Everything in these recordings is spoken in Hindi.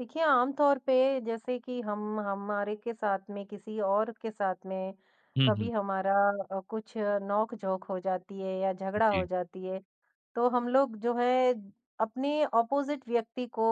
देखिए, आमतौर पे जैसे कि हम हमारे के साथ में किसी और के साथ में हुँ, हुँ। कभी हमारा कुछ नोक-झोंक हो जाती है या झगड़ा हो जी। जाती है तो हम लोग जो है अपने ऑपोजिट व्यक्ति को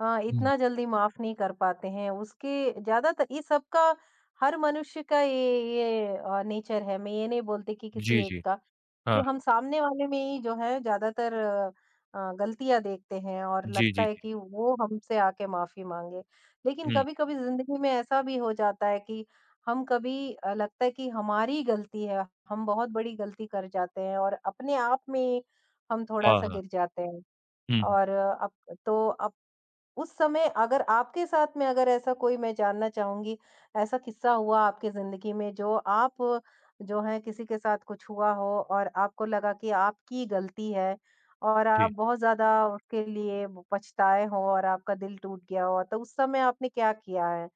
हुँ। इतना जल्दी माफ नहीं कर पाते हैं। उसके ज़्यादातर ये सबका हर मनुष्य का ये नेचर है। मैं ये नहीं बोलती कि किसी जी, एक जी। का, कि हाँ। हम सामने वाले में ही जो है ज़्यादातर गलतियाँ देखते हैं और जी, लगता जी, है जी। कि वो हमसे आके माफ़ी माँगे। लेकिन हुँ। कभी-कभी ज़िंदगी में ऐसा भी हो जाता है कि हम कभी लगता है कि हमारी गलती है, हम बहुत बड़ी गलती कर जाते हैं और अपने आप में हम हाँ, थोड़ा-सा हाँ। गिर जाते हैं हुँ, हुँ। और अब उस समय अगर आपके साथ में अगर ऐसा कोई मैं जानना चाहूँगी, ऐसा किस्सा हुआ आपकी ज़िंदगी में जो आप जो है किसी के साथ कुछ हुआ हो और आपको लगा कि आपकी गलती है और जी। आप बहुत ज़्यादा उसके लिए ब पछताए हों और आपका दिल टूट गया हो, तो उस समय आपने क्या किया है?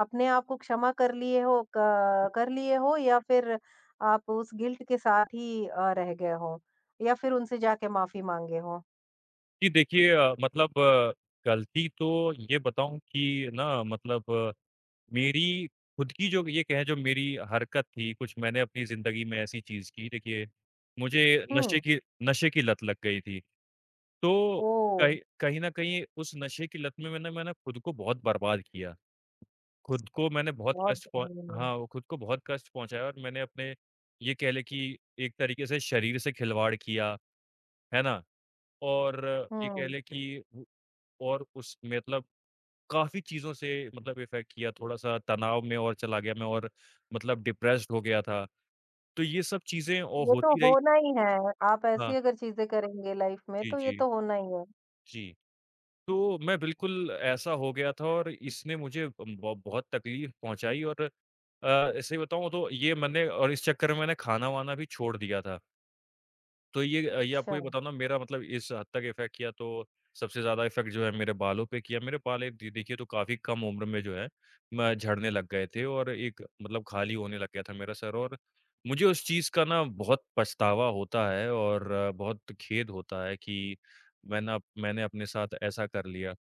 अपने आप को क्षमा कर लिए हो या फिर आप उस गिल्ट के साथ ही रह गए हों या फिर उनसे जाके माफ़ी माँगे हों? जी, देखिए, मतलब गलती तो ये बताऊँ कि ना, मतलब मेरी खुद की जो ये कहें, जो मेरी हरकत थी, कुछ मैंने अपनी ज़िंदगी में ऐसी चीज़ की। देखिए, मुझे नशे हुँ। की नशे की लत लग गई थी। तो ओह! कहीं कहीं न कहीं उस नशे की लत में मैंने मैंने खुद को बहुत बर्बाद किया। खुद को मैंने बहुत बहुत कष्ट पहुँ हाँ। हाँ, वो खुद को बहुत कष्ट पहुँचाया और मैंने अपने ये कह लें कि एक तरीके से शरीर से खिलवाड़ किया, है ना? और ये कह हुँ, लें कि उ और उस मतलब काफ़ी चीज़ों से मतलब इफ़ेक्ट किया, थोड़ा-सा तनाव में और चला गया मैं और मतलब डिप्रेस्ड हो गया था। तो ये सब चीज़ें और ये तो होती रही। होना ही है, आप हाँ। ऐसी अगर चीज़ें करेंगे लाइफ़ में जी, तो ये जी। तो होना ही है। जी। तो मैं बिल्कुल ऐसा हो गया था और इसने मुझे ब बहुत तकलीफ़ पहुँचाई और ऐसे ही बताऊँ तो ये मैंने और इस चक्कर में मैंने खाना-वाना भी छोड़ दिया था। तो ये ये आपको अच्छा। ये बताऊँ ना, मेरा मतलब इस हद तक इफ़ेक्ट किया तो सबसे ज़्यादा इफ़ेक्ट जो है मेरे बालों पे किया। मेरे बाल एक दे देखिए तो काफ़ी कम उम्र में जो है म झड़ने लग गए थे और एक मतलब खाली होने लग गया था मेरा सर और मुझे उस चीज़ का ना बहुत पछतावा होता है और बहुत खेद होता है कि मैंने अपने साथ ऐसा कर लिया।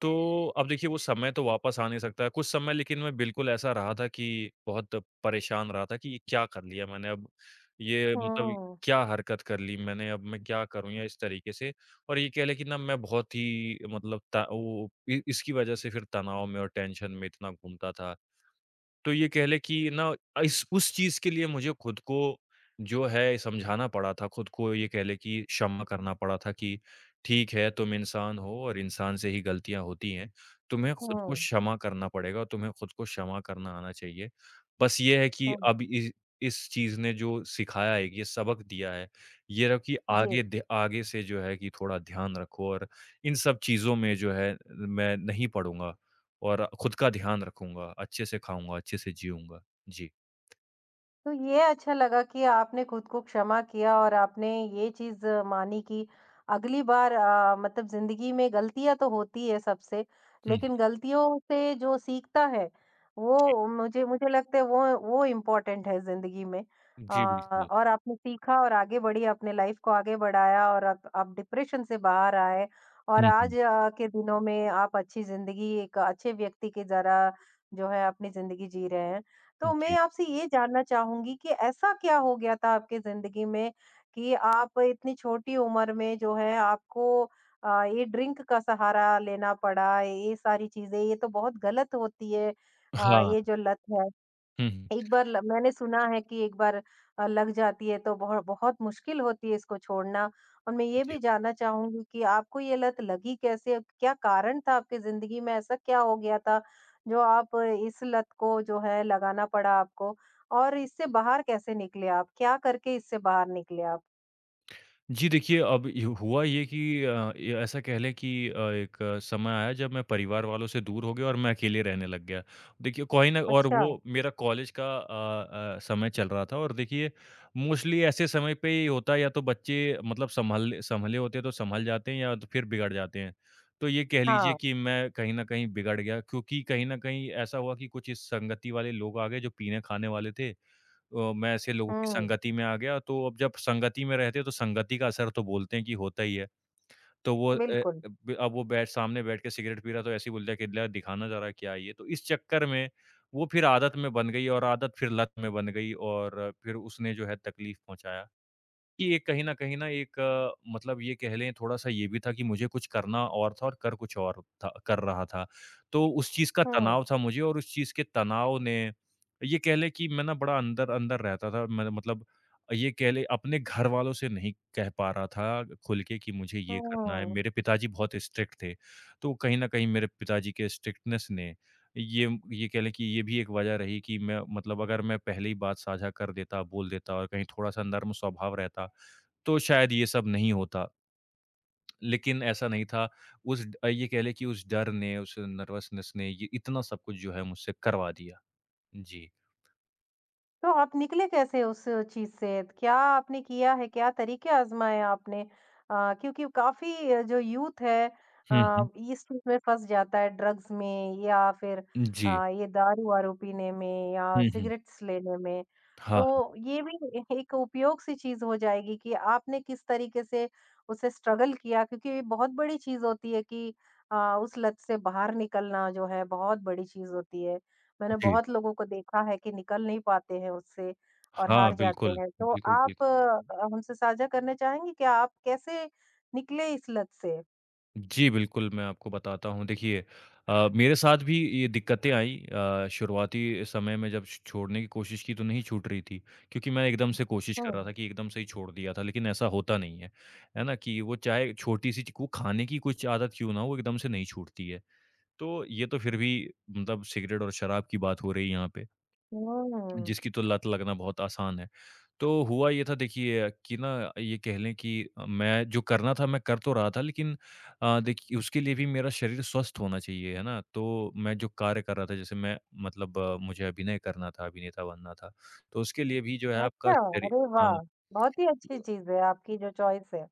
तो अब देखिए, वो समय तो वापस आ नहीं सकता है। कुछ समय, लेकिन मैं बिल्कुल ऐसा रहा था कि बहुत परेशान रहा था कि ये क्या कर लिया मैंने। अब ये मतलब हुँ, क्या हरकत कर ली मैंने? अब मैं क्या करूँ, या इस तरीके से। और ये कह ले कि ना, मैं बहुत ही मतलब वो इसकी वजह से फिर तनाव में और टेंशन में इतना घूमता था। तो ये कह लें कि ना इस उस चीज़ के लिए मुझे खुद को जो है समझाना पड़ा था, खुद को ये कह लें कि क्षमा करना पड़ा था कि ठीक है, तुम इंसान हो और इंसान से ही गलतियाँ होती हैं। तुम्हें खुद को हुँ, क्षमा करना पड़ेगा, तुम्हें खुद को क्षमा करना आना चाहिए। बस ये है कि हुँ, अब इ इस चीज़ ने जो सिखाया है, ये सबक दिया है, ये रहो कि जी। आगे ध आगे से जो है कि थोड़ा ध्यान रखो और इन सब चीज़ों में जो है मैं नहीं पड़ूँगा। और खुद का ध्यान रखूँगा, अच्छे से खाऊँगा, अच्छे से जीऊँगा। जी। तो ये अच्छा लगा कि आपने खुद को क्षमा किया और आपने ये चीज मानी कि अगली बार मतलब जिंदगी में गलतियां तो होती है सबसे हुँ, हुँ, लेकिन गलतियों से जो सीखता है जी। वो मुझे मुझे लगता है वो इम्पोर्टेंट है जिंदगी में आ, जी, बिल्कुल। और आपने सीखा और आगे बढ़ी अपने लाइफ को आगे बढ़ाया और आप डिप्रेशन से बाहर आए और हुँ, हुँ। आज के दिनों में आप अच्छी जिंदगी एक अच्छे व्यक्ति के जरा जो है अपनी जिंदगी जी रहे हैं तो मैं जी। आपसे ये जानना चाहूँगी कि ऐसा क्या हो गया था आपकी ज़िंदगी में कि आप इतनी छोटी उम्र में जो है आपको ये ड्रिंक का सहारा लेना पड़ा, ये सारी चीज़ें, ये तो बहुत गलत होती है हाँ। ये जो लत है। हुँ, हुँ। एक बार ल मैंने सुना है कि एक बार लग जाती है तो बहुत मुश्किल होती है इसको छोड़ना। और मैं ये जी। भी जानना चाहूँगी कि आपको ये लत लगी कैसे? और क्या कारण था आपकी ज़िंदगी में? ऐसा क्या हो गया था जो आप इस लत को जो है लगाना पड़ा आपको? और इससे बाहर कैसे निकले आप? क्या करके इससे बाहर निकले आप? जी, देखिए, अब यू हुआ ये कि य ऐसा कह लें कि एक समय आया जब मैं परिवार वालों से दूर हो गया और मैं अकेले रहने लग गया। देखिए, कोई ना, और अच्छा, वो मेरा कॉलेज का समय चल रहा था और देखिए मोस्टली ऐसे समय पे ही होता है, या तो बच्चे मतलब सँभले होते हैं तो सँभल जाते हैं, या तो फिर बिगड़ जाते हैं। तो ये कह लीजिए हाँ। कि मैं कहीं न कहीं बिगड़ गया, क्योंकि कहीं न कहीं ऐसा हुआ कि कुछ इस संगति वाले लोग आ गए जो पीने-खाने वाले थे। मैं ऐसे लोगों की हुँ, संगति में आ गया, तो अब जब संगति में रहते हो तो संगति का असर तो बोलते हैं कि होता ही है। तो वो बिल्कुल। ब अब वो बैठ सामने बैठ के सिगरेट पी रहा है तो ऐसे ही बोलता है कि "ला दिखाना ज़रा क्या है ये?" तो इस चक्कर में वो फिर आदत में बन गई और आदत फिर लत में बन गई और फिर उसने जो है तकलीफ़ पहुँचाया। कि एक कहीं न एक मतलब ये कह लें थोड़ा-सा ये भी था कि मुझे कुछ करना और था और कर कुछ और था कर रहा था। तो उस चीज़ का हुँ, तनाव था मुझे और उस चीज़ के तनाव ने ये कह लें कि मैं ना बड़ा अंदर-अंदर रहता था। मैं मतलब ये कह लें अपने घर वालों से नहीं कह पा रहा था खुल के कि मुझे ये करना है। हुँ। मेरे पिताजी बहुत स्ट्रिक्ट थे। तो कहीं न कहीं मेरे पिताजी के स्ट्रिक्टनेस ने ये कह लें कि ये भी एक वजह रही कि मैं मतलब अगर मैं पहले ही बात साझा कर देता, बोल देता और कहीं थोड़ा-सा नर्म स्वभाव रहता तो शायद ये सब नहीं होता। लेकिन ऐसा नहीं था। उस ये कह लें कि उस डर ने, उस नर्वसनेस ने ये इतना सब कुछ जो है मुझसे करवा दिया। जी। तो आप निकले कैसे उस चीज़ से? क्या आपने किया है? क्या तरीके आज़माए आपने? क्योंकि काफ़ी जो यूथ है हुँ, हुँ। इस चीज़ में फँस जाता है ड्रग्स में या फिर जी। ये दारू-वारू पीने में या हुँ, हुँ। सिगरेट्स लेने में। हाँ, तो ये भी ए एक उपयोग सी चीज़ हो जाएगी कि आपने किस तरीके से उसे स्ट्रगल किया क्योंकि ये बहुत बड़ी चीज़ होती है कि अ, उस लत से बाहर निकलना जो है बहुत बड़ी चीज़ होती है। मैंने जी। बहुत लोगों को देखा है कि निकल नहीं पाते हैं उससे और हाँ, हार जाते बिल्कुल। हैं। तो बिल्कुल, आप बिल्कुल। हमसे साझा करना चाहेंगी क्या आप कैसे निकले इस लत से? जी, बिल्कुल, मैं आपको बताता हूँ। देखिए मेरे साथ भी ये दिक्कतें आईं। शुरुआती समय में जब छ छोड़ने की कोशिश की तो नहीं छूट रही थी, क्योंकि मैं एकदम से कोशिश कर हुँ। रहा था कि एकदम से ही छोड़ दिया था, लेकिन ऐसा होता नहीं है। है ना? कि वो चाहे छोटी-सी ची वो खाने की कुछ आदत क्यों ना हो, वो एकदम से नहीं छूटती है। तो ये तो फिर भी मतलब सिगरेट और शराब की बात हो रही है यहाँ पे। हुँ। जिसकी तो लत लगना बहुत आसान है। तो हुआ ये था, देखिए कि ना ये कह लें कि मैं जो करना था मैं कर तो रहा था, लेकिन देखिए उसके लिए भी मेरा शरीर स्वस्थ होना चाहिए, है ना? तो मैं जो कार्य कर रहा था जैसे मैं मतलब मुझे अभिनय करना था, अभिनेता बनना था, तो उसके लिए भी जो है आपका अच्छा, शरीर। अरे हाँ। वाह! बहुत ही अच्छी चीज़ है आपकी जो चॉइस है।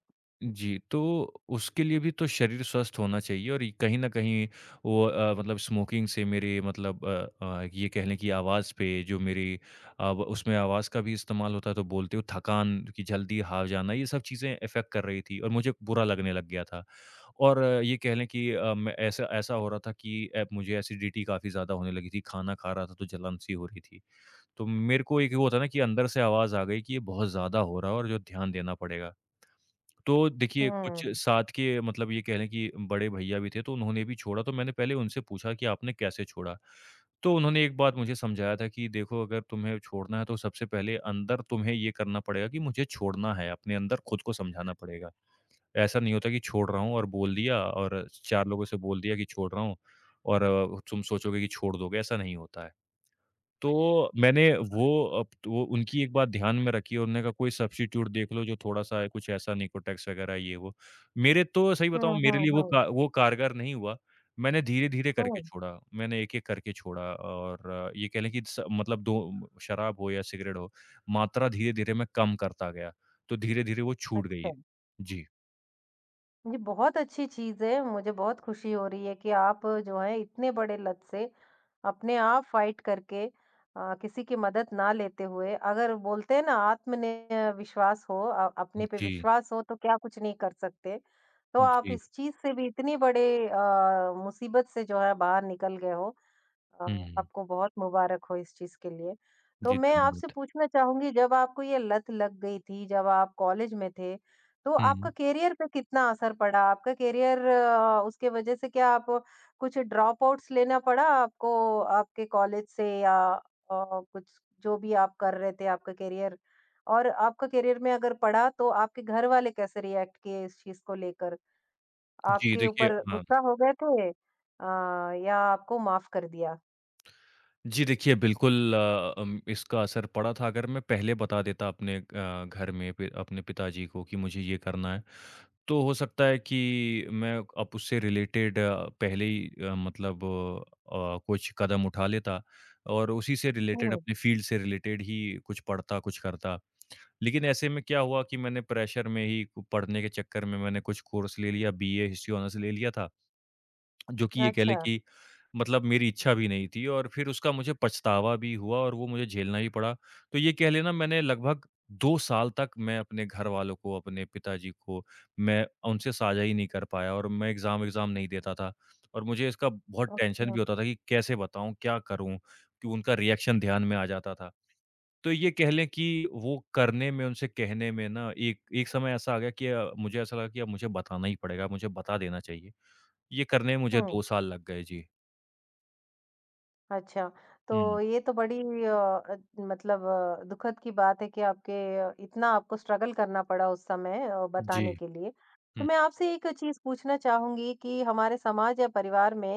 जी, तो उसके लिए भी तो शरीर स्वस्थ होना चाहिए और ये कहीं न कहीं वो मतलब स्मोकिंग से मेरे मतलब ये कह लें कि आवाज़ पे जो मेरी उसमें आवाज़ का भी इस्तेमाल होता है तो बोलते हो थकान की जल्दी हार जाना, ये सब चीज़ें इफ़ेक्ट कर रही थी और मुझे बुरा लगने लग गया था। और ये कह लें कि मैं ऐसा ऐसा हो रहा था कि मुझे एसिडिटी काफ़ी ज़्यादा होने लगी थी, खाना खा रहा था तो जलन-सी हो रही थी। तो मेरे को एक वो होता है ना कि अंदर से आवाज़ आ गई कि ये बहुत ज़्यादा हो रहा है और जो ध्यान देना पड़ेगा। तो देखिए, कुछ हुँ। साथ के मतलब ये कह लें कि बड़े भैया भी थे, तो उन्होंने भी छोड़ा, तो मैंने पहले उनसे पूछा कि आपने कैसे छोड़ा? तो उन्होंने एक बात मुझे समझाया था कि देखो, अगर तुम्हें छोड़ना है, तो सबसे पहले अंदर तुम्हें ये करना पड़ेगा कि मुझे छोड़ना है, अपने अंदर खुद को समझाना पड़ेगा। ऐसा नहीं होता कि छोड़ रहा हूँ और बोल दिया और 4 लोगों से बोल दिया कि छोड़ रहा हूँ और तुम सोचोगे कि छोड़ दोगे, ऐसा नहीं होता है। तो मैंने वो अब तो वो उनकी एक बात ध्यान में रखी है, उन्होंने कहा कोई सब्स्टिट्यूट देख लो जो थोड़ा-सा है कुछ ऐसा, निकोटेक्स वगैरह ये वो। मेरे तो सही बताऊँ हुँ, मेरे हुँ, लिए वो हुँ। का वो कारगर नहीं हुआ। मैंने धीरे-धीरे करके हुँ, छोड़ा, मैंने एक-एक करके छोड़ा और ये कह लें कि स मतलब दो, शराब हो या सिगरेट हो, मात्रा धीरे-धीरे मैं कम करता गया, तो धीरे-धीरे वो छूट गई। अच्छा। जी, ये बहुत अच्छी चीज़ है, मुझे बहुत खुशी हो रही है कि आप जो है इतने बड़े लत से, अपने आप फ़ाइट करके किसी की मदद ना लेते हुए अगर बोलते हैं ना आत्म ने विश्वास हो अपने पे जी, विश्वास हो तो क्या कुछ नहीं कर सकते। तो आप जी। इस चीज़ से भी इतनी बड़े मुसीबत से जो है बाहर निकल गए हो अ, हुँ, आपको बहुत मुबारक हो इस चीज़ के लिए। तो जी, मैं आपसे धन्यवाद। पूछना चाहूँगी जब आपको ये लत लग गई थी, जब आप कॉलेज में थे, तो हुँ, आपका करियर पे कितना असर पड़ा? आपका करियर उसके वज़ह से क्या आप कुछ ड्रॉपआउट्स लेना पड़ा आपको आपके कॉलेज से या कुछ जो भी आप कर रहे थे आपका करियर? और आपका करियर में अगर पड़ा तो आपके घर वाले कैसे रिएक्ट किए इस चीज़ को लेकर? जी, आपके देखिए ऊपर हाँ। गुस्सा हो गए थे या आपको माफ़ कर दिया? जी, देखिए, बिल्कुल इसका असर पड़ा था, अगर मैं पहले बता देता अपने घर में पि अपने पिताजी को कि मुझे ये करना है, तो हो सकता है कि मैं अब उससे रिलेटेड पहले ही मतलब कुछ कदम उठा लेता और उसी से रिलेटेड हम्म। अपने फ़ील्ड से रिलेटेड ही कुछ पढ़ता, कुछ करता। लेकिन ऐसे में क्या हुआ कि मैंने प्रेशर में ही पढ़ने के चक्कर में मैंने कुछ कोर्स ले लिया, बीए हिस्ट्री ऑनर्स ले लिया था, जो कि ये कह लें अच्छा, कि मतलब मेरी इच्छा भी नहीं थी और फिर उसका मुझे पछतावा भी हुआ और वो मुझे झेलना ही पड़ा। तो ये कह लेना, मैंने लगभग 2 साल तक मैं अपने घरवालों को, अपने पिताजी को, मैं उनसे साझा ही नहीं कर पाया और मैं एग्ज़ाम विग्ज़ाम नहीं देता था। और मुझे इसका बहुत टेंशन अच्छा, भी होता था कि कैसे बताऊँ, क्या करूँ? कि उनका रिएक्शन ध्यान में आ जाता था। तो ये कह लें कि वो करने में, उनसे कहने में ना एक एक समय ऐसा आ गया कि मुझे ऐसा लगा कि अब मुझे बताना ही पड़ेगा, मुझे बता देना चाहिए। ये करने में मुझे हुँ, 2 साल लग गए। जी। अच्छा। तो हुँ। ये तो बड़ी मतलब दुखद की बात है कि आपके इतना आपको स्ट्रगल करना पड़ा उस समय जी। बताने के लिए। तो हुँ, मैं आपसे एक चीज़ पूछना चाहूँगी कि हमारे समाज या परिवार में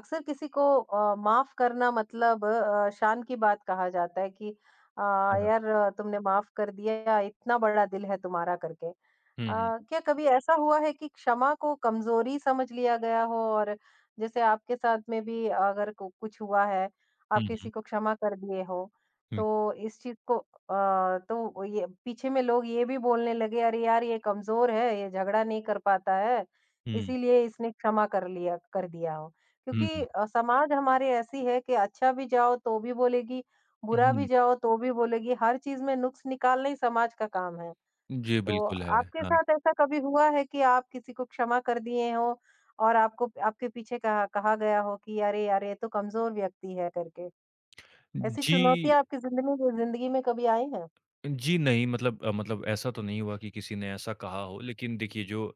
अक्सर किसी को माफ़ करना मतलब शान की बात कहा जाता है कि अ, हुँ, "यार तुमने माफ़ कर दिया, इतना बड़ा दिल है तुम्हारा" करके। हुँ, हुँ, क्या कभी ऐसा हुआ है कि क्षमा को कमज़ोरी समझ लिया गया हो और जैसे आपके साथ में भी अगर कु कुछ हुआ है, हुँ, आप हुँ, किसी को क्षमा कर दिए हो, हुँ, तो इस चीज़ को तो ये पीछे में लोग ये भी बोलने लगे, "अरे यार, ये कमज़ोर है, ये झगड़ा नहीं कर पाता है, हुँ, इसीलिए इसने क्षमा कर लिया कर दिया हो।" क्योंकि हुँ, समाज हमारी ऐसी है कि अच्छा भी जाओ तो भी बोलेगी, बुरा हुँ, भी हुँ। जाओ तो भी बोलेगी, हर चीज़ में नुक्स निकालना ही समाज का काम है। जी, तो बिल्कुल है, आपके हाँ। साथ ऐसा कभी हुआ है कि आप किसी को क्षमा कर दिए हो और आपको आपके पीछे कहा कहा गया हो कि अरे यार ये तो कमजोर व्यक्ति है करके ऐसी जी, चुनौतियां आपकी जिंदगी जिंदगी में कभी आई हैं। जी नहीं, मतलब मतलब ऐसा तो नहीं हुआ कि किसी ने ऐसा कहा हो, लेकिन देखिए जो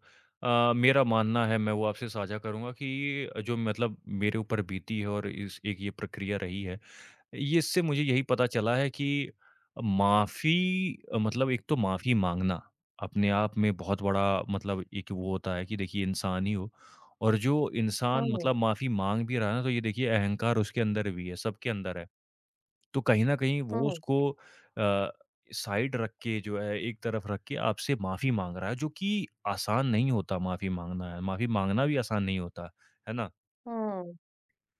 मेरा मानना है, मैं वो आपसे साझा करूँगा कि जो मतलब मेरे ऊपर बीती है और इस एक ये प्रक्रिया रही है, ये इससे मुझे यही पता चला है कि माफ़ी मतलब एक तो माफ़ी माँगना, अपने आप में बहुत बड़ा मतलब एक वो होता है कि देखिए इंसान ही हो, और जो इंसान हम्म। मतलब माफ़ी माँग भी रहा है ना, तो ये देखिए अहंकार उसके अंदर भी है, सबके अंदर है। तो कहीं न कहीं वो हम्म। उसको अ, साइड रख के जो है, एक तरफ रख के आपसे माफ़ी माँग रहा है, जो कि आसान नहीं होता माफ़ी माँगना। माफ़ी माँगना भी आसान नहीं होता, है ना? हम्म।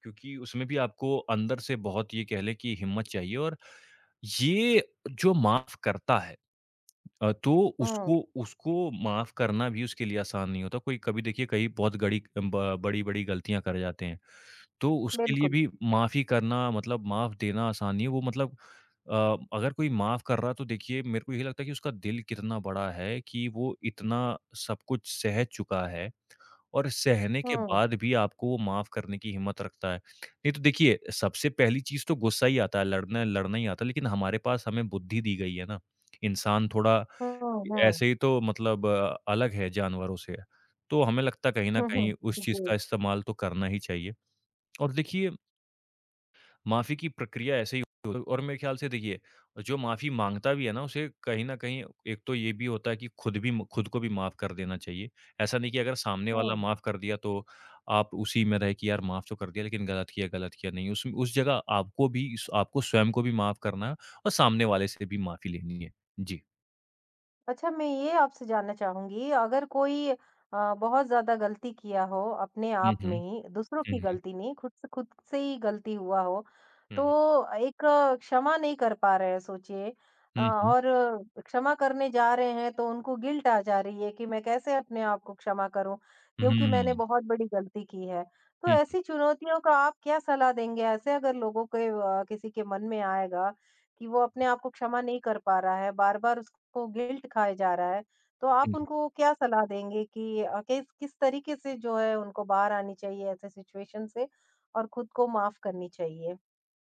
क्योंकि उसमें भी आपको अंदर से बहुत ये कह लें कि हिम्मत चाहिए और ये जो माफ़ करता है, तो हम्म। उसको उसको माफ़ करना भी उसके लिए आसान नहीं होता। कोई कभी देखिए कई बहुत गड़ी ब बड़ी-बड़ी गलतियाँ कर जाते हैं। तो उसके लिए बिल्कुल। भी माफ़ी करना मतलब माफ़ देना आसान नहीं है। वो मतलब अगर कोई माफ़ कर रहा है तो देखिए, मेरे को ये लगता है कि उसका दिल कितना बड़ा है कि वो इतना सब कुछ सह चुका है। और सहने के हम्म। बाद भी आपको वो माफ़ करने की हिम्मत रखता है। नहीं तो देखिए, सबसे पहली चीज़ तो गुस्सा ही आता है, लड़ना लड़ना ही आता है, लेकिन हमारे पास, हमें बुद्धि दी गई है ना। इंसान थोड़ा हम्म। हम्म। ऐसे ही तो मतलब अलग है जानवरों से। तो हमें लगता है कहीं न हम्म। कहीं उस चीज़ का इस्तेमाल तो करना ही चाहिए। और देखिए, माफ़ी की प्रक्रिया ऐसे ही हो, और मेरे ख़्याल से देखिए, जो माफ़ी माँगता भी है ना उसे कहीं न कहीं एक तो ये भी होता है कि खुद भी म खुद को भी माफ़ कर देना चाहिए। ऐसा नहीं कि अगर सामने वाला जी। माफ़ कर दिया तो आप उसी में रहे कि यार माफ़ तो कर दिया लेकिन गलत किया नहीं। उस जगह आपको भी स आपको स्वयं को भी माफ़ करना है और सामने वाले से भी माफ़ी लेनी है। जी। अच्छा, मैं ये आपसे जानना चाहूँगी, अगर कोई बहुत ज़्यादा गलती किया हो अपने हुँ, आप हुँ। में ही, दूसरों हुँ, की हुँ। गलती नहीं, खुद से ही गलती हुआ हो, हुँ, हुँ। तो एक क्षमा नहीं कर पा रहे हैं सोचिए अ, हुँ, हुँ। और अ, क्षमा करने जा रहे हैं तो उनको गिल्ट आ जा रही है कि मैं कैसे अपने आप को क्षमा करूँ, हुँ, क्योंकि मैंने हुँ। बहुत बड़ी गलती की है। तो हुँ, ऐसी चुनौतियों का आप क्या सलाह देंगे? ऐसे अगर लोगों के किसी के मन में आएगा कि वो अपने आप को क्षमा नहीं कर पा रहा है, बार-बार उसको गिल्ट खाए जा रहा है। तो आप हुँ। उनको क्या सलाह देंगे कि अ, किस किस तरीके से जो है उनको बाहर आनी चाहिए ऐसे सिचुएशन से और खुद को माफ़ करनी चाहिए?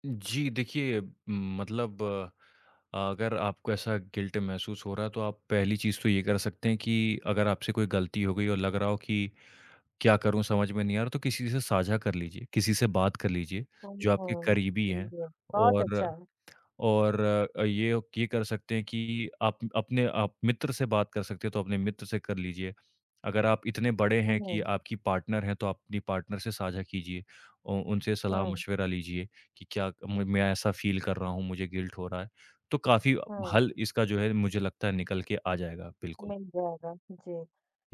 जी, देखिए मतलब अगर आपको ऐसा गिल्ट महसूस हो रहा है तो आप पहली चीज़ तो ये कर सकते हैं कि अगर आपसे कोई गलती हो गई और लग रहा हो कि क्या करूँ, समझ में नहीं आ रहा, तो किसी से साझा कर लीजिए, किसी से बात कर लीजिए, हुँ, जो आपके हुँ। करीबी सही हैं। है। बहुत और अच्छा। और ये कर सकते हैं कि आप अपने आप मित्र से बात कर सकते हैं, तो अपने मित्र से कर लीजिए। अगर आप इतने बड़े हैं कि हुँ, आपकी पार्टनर है, तो आप अपनी पार्टनर से साझा कीजिए। उ उनसे हुँ, सलाह-मशविरा लीजिए कि क्या म मैं ऐसा फ़ील कर रहा हूँ, मुझे गिल्ट हो रहा है। तो काफ़ी हुँ। हल इसका जो है मुझे लगता है निकल के आ जाएगा, बिल्कुल। मिल जाएगा, जी।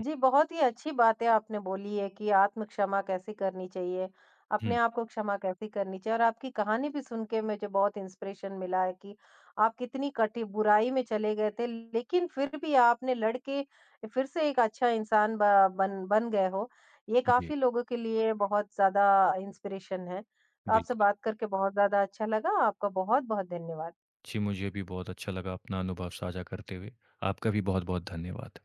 जी, बहुत ही अच्छी बातें आपने बोली है कि आत्म क्षमा कैसे करनी चाहिए, अपने हुँ, आप को क्षमा कैसे करनी चाहिए और आपकी कहानी भी सुन के मुझे बहुत इंस्पिरेशन मिला है कि आप कितनी कटी बुराई में चले गए थे, लेकिन फिर भी आपने लड़ के फिर से एक अच्छा इंसान ब बन बन गए हो। ये जी, काफ़ी लोगों के लिए बहुत ज़्यादा इंस्पिरेशन है। तो आपसे बिल्कुल। बात करके बहुत ज़्यादा अच्छा लगा। आपका बहुत-बहुत धन्यवाद। जी, मुझे भी बहुत अच्छा लगा अपना अनुभव साझा करते हुए। आपका भी बहुत-बहुत धन्यवाद।